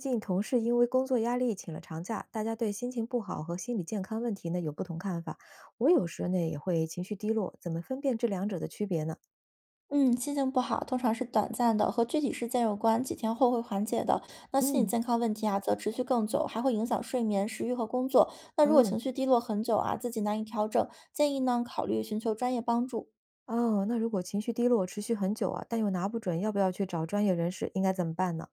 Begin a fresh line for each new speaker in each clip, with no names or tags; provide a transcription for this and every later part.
最近同事因为工作压力请了长假，大家对心情不好和心理健康问题呢有不同看法。我有时呢也会情绪低落，怎么分辨这两者的区别呢？
嗯，心情不好通常是短暂的，和具体事件有关，几天后会缓解的。那心理
嗯，
健康问题啊，则持续更久，还会影响睡眠、食欲和工作。那如果
哦
情绪低落很久啊，自己难以调整，建议呢考虑寻求专业帮助。
哦，那如果情绪低落持续很久啊，但又拿不准要不要去找专业人士，应该怎么办呢？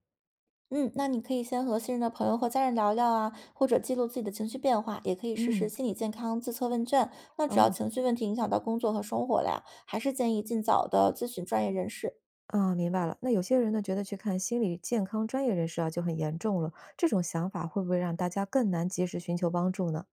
嗯，那你可以先和信任的朋友或家人聊聊啊，或者记录自己的情绪变化，也可以试试
嗯，
心理健康自测问卷。那只要
哦。
情绪问题影响到工作和生活了呀，还是建议尽早的咨询专业人士。
啊，明白了。那有些人呢觉得去看心理健康专业人士啊就很严重了，这种想法会不会让大家更难及时寻求帮助呢？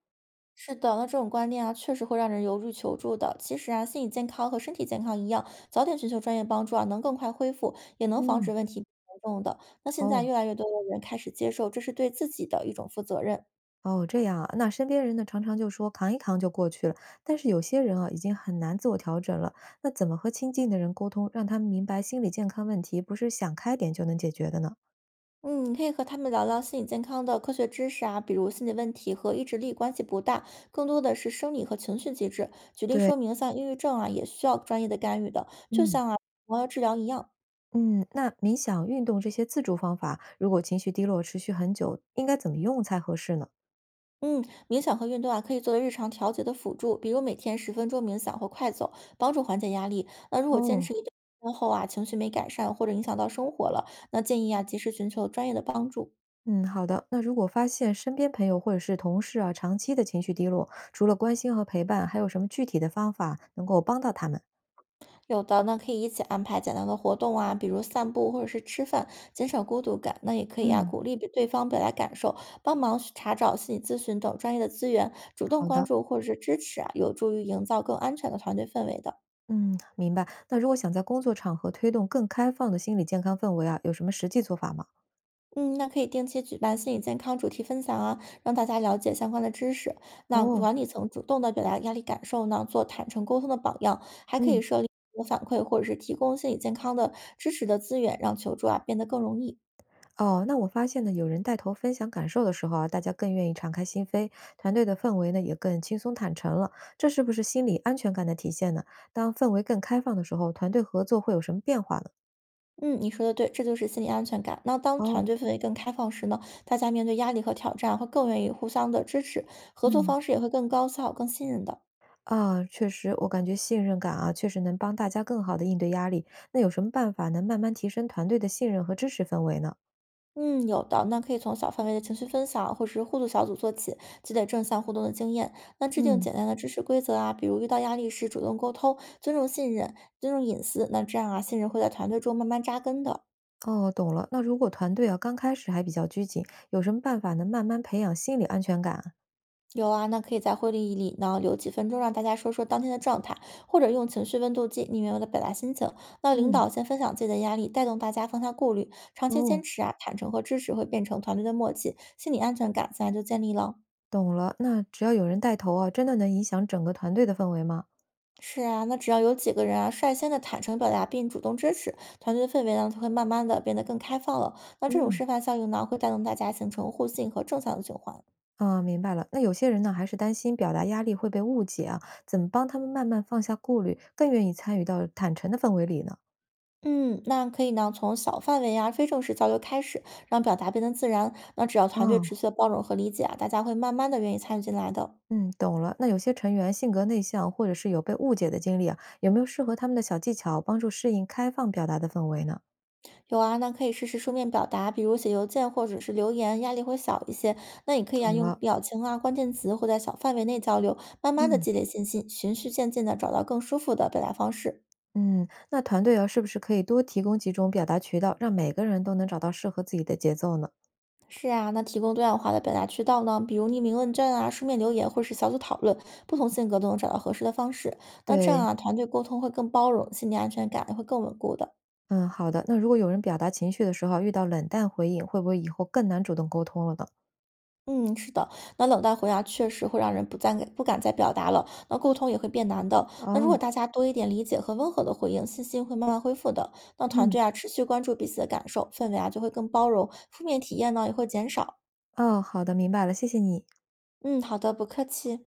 是的，那这种观念啊，确实会让人犹豫求助的。其实啊，心理健康和身体健康一样，早点寻求专业帮助啊，能更快恢复，也能防
嗯，
止问题变严重的。那现在
哦。
越来越多的人开始接受，这是对自己的一种负责任。
哦，这样啊，那身边人呢，常常就说扛一扛就过去了，但是有些人啊，已经很难自我调整了。那怎么和亲近的人沟通，让他们明白心理健康问题不是想开点就能解决的呢？
嗯，你可以和他们聊聊心理健康的科学知识啊，比如心理问题和意志力关系不大，更多的是生理和情绪机制。举例
对，
说明，像抑郁症啊，也需要专业的干预的，就
嗯。
像啊，我要治疗一样。
嗯，那冥想、运动这些自助方法，如果情绪低落持续很久，应该怎么用才合适呢？
嗯，冥想和运动啊，可以作为日常调节的辅助，比如每天10分钟冥想或快走，帮助缓解压力。那如果坚
哦，
持一段时间后啊，情绪没改善或者影响到生活了，那建议啊及时寻求专业的帮助。
嗯，好的。那如果发现身边朋友或者是同事啊，长期的情绪低落，除了关心和陪伴，还有什么具体的方法能够帮到他们？
有的呢，可以一起安排简单的活动啊，比如散步或者是吃饭，减少孤独感。那也可以啊，
嗯，
鼓励对方表达感受，帮忙去查找心理咨询等专业的资源，主动
好
关
的。
注或者是支持啊，有助于营造更安全的团队氛围的。
嗯，明白。那如果想在工作场合推动更开放的心理健康氛围啊，有什么实际做法吗？
嗯，那可以定期举办心理健康主题分享啊，让大家了解相关的知识。那
哦，
管理层主动的表达压力感受呢，做坦诚沟通的榜样，还可
嗯，
以设立我反馈或者是提供心理健康的支持的资源，让求助啊变得更容易。
哦，那我发现呢，有人带头分享感受的时候啊，大家更愿意敞开心扉，团队的氛围呢也更轻松坦诚了。这是不是心理安全感的体现呢？当氛围更开放的时候，团队合作会有什么变化呢？
嗯，你说的对，这就是心理安全感。那当团
哦，
队氛围更开放时呢，大家面对压力和挑战啊会更愿意互相的支持，合作
嗯。
方式也会更高效、更信任的。
啊，确实，我感觉信任感啊，确实能帮大家更好的应对压力。那有什么办法能慢慢提升团队的信任和支持氛围呢？
嗯，有的，那可以从小范围的情绪分享或者是互助小组做起，积累正向互动的经验。那制定
嗯，
简单的知识规则啊，比如遇到压力时主动沟通，尊重信任，尊重隐私。那这样啊，信任会在团队中慢慢扎根的。
哦，懂了。那如果团队啊刚开始还比较拘谨，有什么办法能慢慢培养心理安全感啊？
有啊，那可以在会议里呢留几分钟，让大家说说当天的状态，或者用情绪温度计逆流的表达心情。那领
嗯，
导先分享自己的压力，带动大家放下顾虑。长期
哦，
坚持啊，坦诚和支持会变成团队的默契，心理安全感自然就建立了。
懂了。那只要有人带头啊，真的能影响整个团队的氛围吗？
是啊，那只要有几个人啊，率先的坦诚表达并主动支持，团队的氛围呢就会慢慢的变得更开放了。那这种
嗯，
示范效应呢，会带动大家形成互信和正向的循环。
啊，明白了。那有些人呢，还是担心表达压力会被误解啊，怎么帮他们慢慢放下顾虑，更愿意参与到坦诚的氛围里呢？
嗯，那可以呢从小范围啊非正式交流开始，让表达变得自然。那只要团队
哦，
持续的包容和理解啊，大家会慢慢的愿意参与进来的。
嗯，懂了。那有些成员性格内向，或者是有被误解的经历啊，有没有适合他们的小技巧，帮助适应开放表达的氛围呢？
有啊，那可以试试书面表达，比如写邮件或者是留言，压力会小一些。那也可以
懂
啊，用
了。
表情啊、关键词或在小范围内交流，慢慢的
嗯。
积累信心，循序渐进的找到更舒服的表达方式。
嗯，那团队啊，是不是可以多提供几种表达渠道，让每个人都能找到适合自己的节奏呢？
是啊，那提供多样化的表达渠道呢，比如匿名问卷啊、书面留言或是小组讨论，不同性格都能找到合适的方式。那这样
对，
啊，团队沟通会更包容，心理安全感也会更稳固的。
嗯，好的。那如果有人表达情绪的时候啊遇到冷淡回应，会不会以后更难主动沟通了呢？
嗯，是的，那冷淡回答确实会让人不敢再表达了，那沟通也会变难的。那如
哦，
果大家多一点理解和温和的回应，信心会慢慢恢复的。那团
嗯。
队啊，持续关注彼此的感受，氛围啊就会更包容，负面体验呢也会减少。
哦，好的，明白了，谢谢你。
嗯，好的，不客气。